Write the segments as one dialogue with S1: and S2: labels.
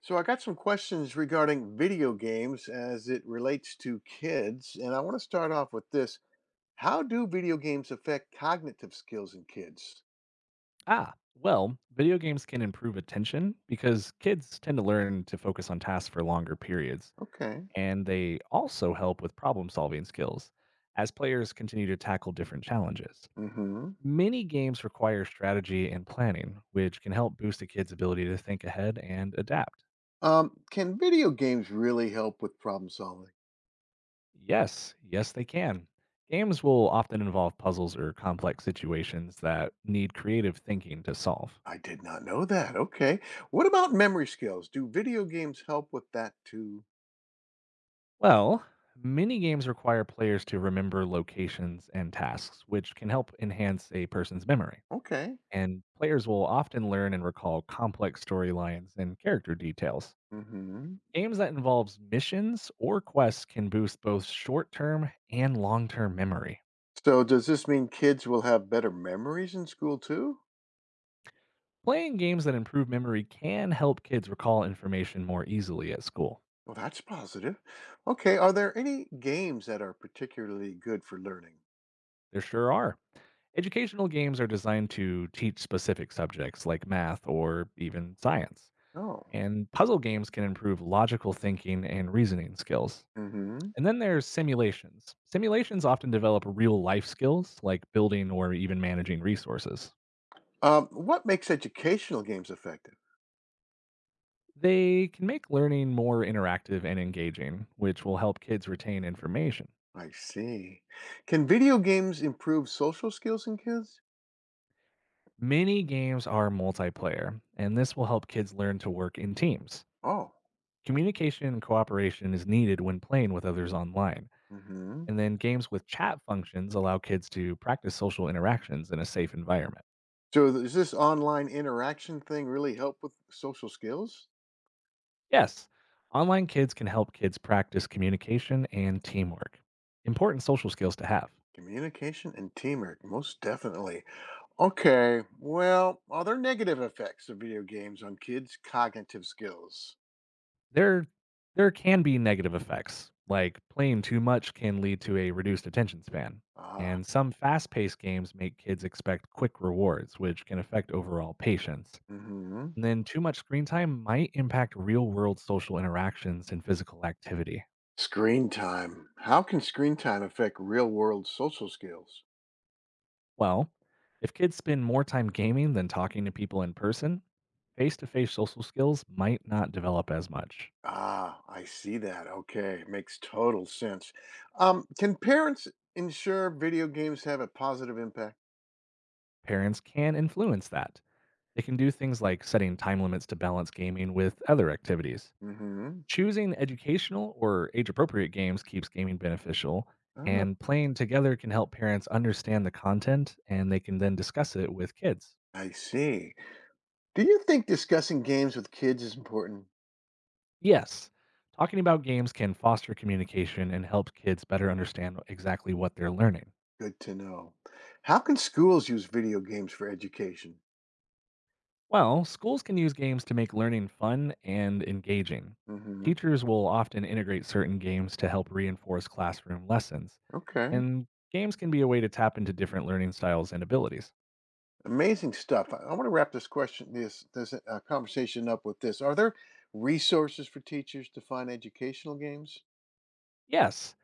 S1: So I got some questions regarding video games as it relates to kids, and I want to start off with this. How do video games affect cognitive skills in kids?
S2: Well, video games can improve attention because kids tend to learn to focus on tasks for longer periods,
S1: Okay.
S2: and they also help with problem solving skills as players continue to tackle different challenges.
S1: Mhm.
S2: Many games require strategy and planning, which can help boost a kid's ability to think ahead and adapt.
S1: Can video games really help with problem solving?
S2: Yes, yes, they can. Games will often involve puzzles or complex situations that need creative thinking to solve.
S1: I did not know that. Okay. What about memory skills? Do video games help with that too?
S2: Well, mini games require players to remember locations and tasks, which can help enhance a person's memory.
S1: Okay.
S2: And players will often learn and recall complex storylines and character details.
S1: Mhm.
S2: Games that involves missions or quests can boost both short-term and long-term memory.
S1: So does this mean kids will have better memories in school too?
S2: Playing games that improve memory can help kids recall information more easily at school.
S1: Well, that's positive. Okay, are there any games that are particularly good for learning?
S2: There sure are. Educational games are designed to teach specific subjects like math or even science.
S1: Oh.
S2: And puzzle games can improve logical thinking and reasoning skills.
S1: Hmm.
S2: And then there's simulations. Simulations often develop real life skills like building or even managing resources.
S1: What makes educational games effective?
S2: They can make learning more interactive and engaging, which will help kids retain information.
S1: I see. Can video games improve social skills in kids?
S2: Many games are multiplayer, and this will help kids learn to work in teams.
S1: Oh. Oh.
S2: Communication and cooperation is needed when playing with others online.
S1: Mm-hmm.
S2: And then games with chat functions allow kids to practice social interactions in a safe environment.
S1: So does this online interaction thing really help with social skills?
S2: Yes, online kids can help kids practice communication and teamwork, important social skills to have.
S1: Communication and teamwork, most definitely. Okay, well, are there negative effects of video games on kids' cognitive skills?
S2: There, there can be negative effects, like playing too much can lead to a reduced attention span.
S1: Ah.
S2: And some fast paced games make kids expect quick rewards, which can affect overall patience.
S1: Mm-hmm.
S2: And then too much screen time might impact real world social interactions and physical activity.
S1: Screen time. How can screen time affect real world social skills?
S2: Well, if kids spend more time gaming than talking to people in person, face to face social skills might not develop as much.
S1: Ah, I see that. Okay, makes total sense. Can parents ensure video games have a positive impact?
S2: Parents can influence that. They can do things like setting time limits to balance gaming with other activities.
S1: Mm-hmm.
S2: Choosing educational or age appropriate games keeps gaming beneficial,
S1: Oh,
S2: and playing together can help parents understand the content and they can then discuss it with kids.
S1: I see. Do you think discussing games with kids is important?
S2: Yes, talking about games can foster communication and help kids better understand exactly what they're learning.
S1: Good to know. How can schools use video games for education?
S2: Well, schools can use games to make learning fun and engaging.
S1: Mm-hmm.
S2: Teachers will often integrate certain games to help reinforce classroom lessons,
S1: Okay.
S2: and games can be a way to tap into different learning styles and abilities.
S1: Amazing stuff. I want to wrap this question, this conversation up with this. Are there resources for teachers to find educational games?
S2: Yes,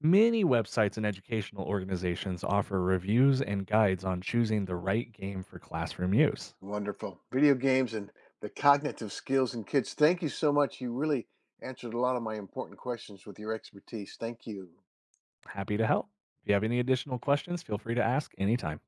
S2: many websites and educational organizations offer reviews and guides on choosing the right game for classroom use.
S1: Wonderful. Video games and the cognitive skills in kids. Thank you so much. You really answered a lot of my important questions with your expertise. Thank you.
S2: Happy to help. If you have any additional questions, feel free to ask anytime.